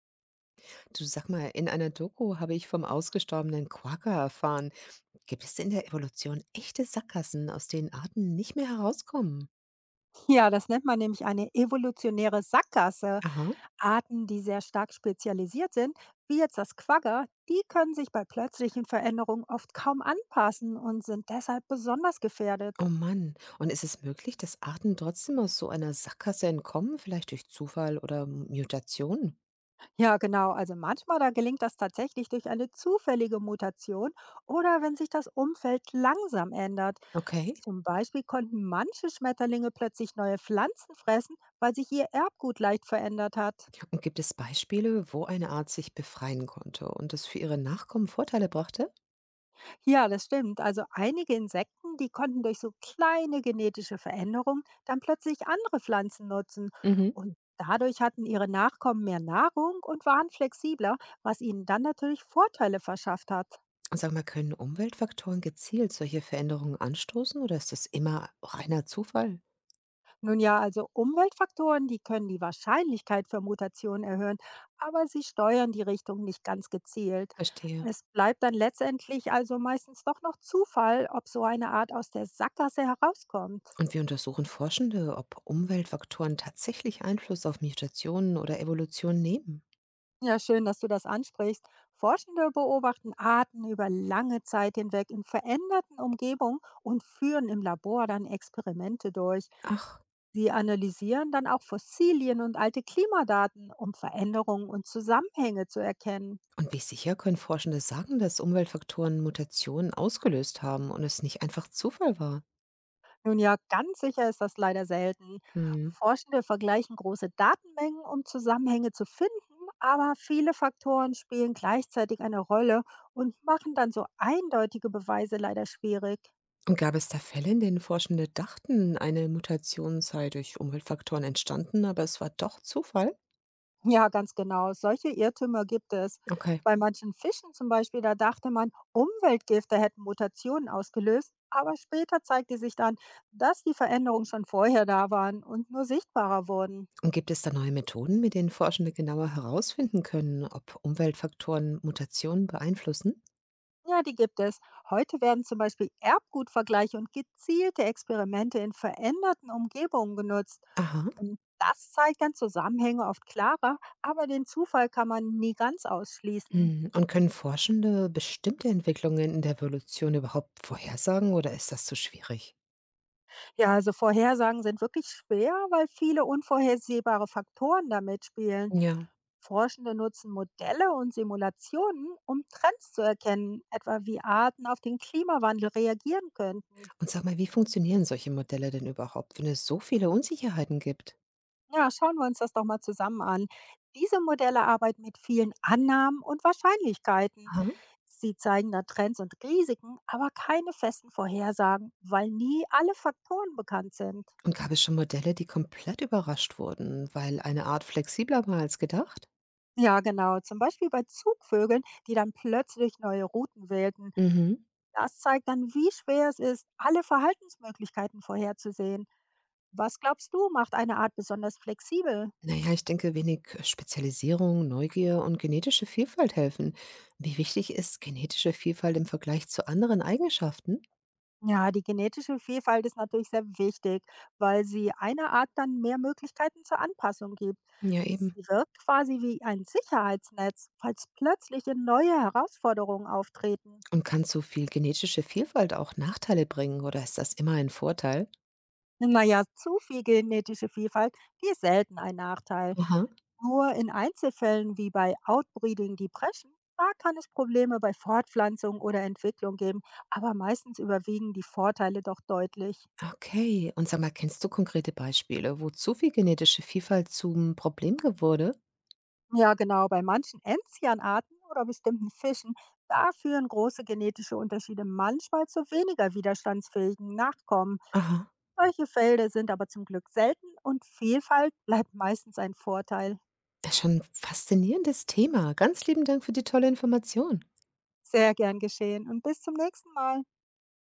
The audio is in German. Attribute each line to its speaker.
Speaker 1: Du, sag mal, in einer Doku habe ich vom ausgestorbenen Quagga erfahren. Gibt es in der Evolution echte Sackgassen, aus denen Arten nicht mehr herauskommen?
Speaker 2: Ja, das nennt man nämlich eine evolutionäre Sackgasse.
Speaker 1: Aha,
Speaker 2: Arten, die sehr stark spezialisiert sind, wie jetzt das Quagga, die können sich bei plötzlichen Veränderungen oft kaum anpassen und sind deshalb besonders gefährdet.
Speaker 1: oh Mann. Und ist es möglich, dass Arten trotzdem aus so einer Sackgasse entkommen, vielleicht durch Zufall oder Mutation?
Speaker 2: Ja, genau. Also manchmal, da gelingt das tatsächlich durch eine zufällige Mutation oder wenn sich das Umfeld langsam ändert.
Speaker 1: Okay.
Speaker 2: Zum Beispiel konnten manche Schmetterlinge plötzlich neue Pflanzen fressen, weil sich ihr Erbgut leicht verändert hat.
Speaker 1: Und gibt es Beispiele, wo eine Art sich befreien konnte und es für ihre Nachkommen Vorteile brachte?
Speaker 2: Ja, das stimmt. Also einige Insekten, die konnten durch so kleine genetische Veränderungen dann plötzlich andere Pflanzen nutzen.
Speaker 1: Mhm.
Speaker 2: Und dadurch hatten ihre Nachkommen mehr Nahrung und waren flexibler, was ihnen dann natürlich Vorteile verschafft hat.
Speaker 1: Und sag mal, können Umweltfaktoren gezielt solche Veränderungen anstoßen oder ist das immer reiner Zufall?
Speaker 2: Nun ja, also Umweltfaktoren, die können die Wahrscheinlichkeit für Mutationen erhöhen, aber sie steuern die Richtung nicht ganz gezielt.
Speaker 1: Verstehe.
Speaker 2: Es bleibt dann letztendlich also meistens doch noch Zufall, ob so eine Art aus der Sackgasse herauskommt.
Speaker 1: Und wir untersuchen Forschende, ob Umweltfaktoren tatsächlich Einfluss auf Mutationen oder Evolution nehmen.
Speaker 2: Ja, schön, dass du das ansprichst. Forschende beobachten Arten über lange Zeit hinweg in veränderten Umgebungen und führen im Labor dann Experimente durch.
Speaker 1: Ach,
Speaker 2: Sie analysieren dann auch Fossilien und alte Klimadaten, um Veränderungen und Zusammenhänge zu erkennen.
Speaker 1: und wie sicher können Forschende sagen, dass Umweltfaktoren Mutationen ausgelöst haben und es nicht einfach Zufall war?
Speaker 2: Nun ja, ganz sicher ist das leider selten.
Speaker 1: Hm.
Speaker 2: Forschende vergleichen große Datenmengen, um Zusammenhänge zu finden, aber viele Faktoren spielen gleichzeitig eine Rolle und machen dann so eindeutige Beweise leider schwierig.
Speaker 1: Und gab es da Fälle, in denen Forschende dachten, eine Mutation sei durch Umweltfaktoren entstanden, aber es war doch Zufall?
Speaker 2: Ja, ganz genau. Solche Irrtümer gibt es.
Speaker 1: Okay.
Speaker 2: Bei manchen Fischen zum Beispiel, da dachte man, Umweltgifte hätten Mutationen ausgelöst, aber später zeigte sich dann, dass die Veränderungen schon vorher da waren und nur sichtbarer wurden.
Speaker 1: Und gibt es da neue Methoden, mit denen Forschende genauer herausfinden können, ob Umweltfaktoren Mutationen beeinflussen?
Speaker 2: Ja, die gibt es. Heute werden zum Beispiel Erbgutvergleiche und gezielte Experimente in veränderten Umgebungen genutzt.
Speaker 1: Aha.
Speaker 2: Und das zeigt dann Zusammenhänge oft klarer, aber den Zufall kann man nie ganz ausschließen.
Speaker 1: Mhm, und können Forschende bestimmte Entwicklungen in der Evolution überhaupt vorhersagen oder ist das zu schwierig?
Speaker 2: Ja, also Vorhersagen sind wirklich schwer, weil viele unvorhersehbare Faktoren da mitspielen.
Speaker 1: Ja.
Speaker 2: Forschende nutzen Modelle und Simulationen, um Trends zu erkennen, etwa wie Arten auf den Klimawandel reagieren könnten.
Speaker 1: Und sag mal, wie funktionieren solche Modelle denn überhaupt, wenn es so viele Unsicherheiten gibt?
Speaker 2: Ja, schauen wir uns das doch mal zusammen an. Diese Modelle arbeiten mit vielen Annahmen und Wahrscheinlichkeiten.
Speaker 1: Aha.
Speaker 2: Sie zeigen da Trends und Risiken, aber keine festen Vorhersagen, weil nie alle Faktoren bekannt sind.
Speaker 1: Und gab es schon Modelle, die komplett überrascht wurden, weil eine Art flexibler war als gedacht?
Speaker 2: Ja, genau. Zum Beispiel bei Zugvögeln, die dann plötzlich neue Routen wählten.
Speaker 1: Mhm.
Speaker 2: Das zeigt dann, wie schwer es ist, alle Verhaltensmöglichkeiten vorherzusehen. Was glaubst du, macht eine Art besonders flexibel?
Speaker 1: Naja, ich denke, wenig Spezialisierung, Neugier und genetische Vielfalt helfen. Wie wichtig ist genetische Vielfalt im Vergleich zu anderen Eigenschaften?
Speaker 2: Ja, die genetische Vielfalt ist natürlich sehr wichtig, weil sie einer Art dann mehr Möglichkeiten zur Anpassung gibt.
Speaker 1: Ja, eben.
Speaker 2: Sie wirkt quasi wie ein Sicherheitsnetz, falls plötzliche neue Herausforderungen auftreten.
Speaker 1: Und kann so viel genetische Vielfalt auch Nachteile bringen oder ist das immer ein Vorteil?
Speaker 2: Na ja, zu viel genetische Vielfalt, die ist selten ein Nachteil.
Speaker 1: Aha.
Speaker 2: Nur in Einzelfällen wie bei Outbreeding die Preschen, da kann es Probleme bei Fortpflanzung oder Entwicklung geben, aber meistens überwiegen die Vorteile doch deutlich.
Speaker 1: Okay. Und sag mal, kennst du konkrete Beispiele, wo zu viel genetische Vielfalt zum Problem geworden?
Speaker 2: Ja, genau, bei manchen Enzianarten oder bestimmten Fischen, da führen große genetische Unterschiede manchmal zu weniger widerstandsfähigen Nachkommen.
Speaker 1: Aha.
Speaker 2: Solche Fälle sind aber zum Glück selten und Vielfalt bleibt meistens ein Vorteil.
Speaker 1: Das ist schon ein faszinierendes Thema. Ganz lieben Dank für die tolle Information.
Speaker 2: Sehr gern geschehen und bis zum nächsten Mal.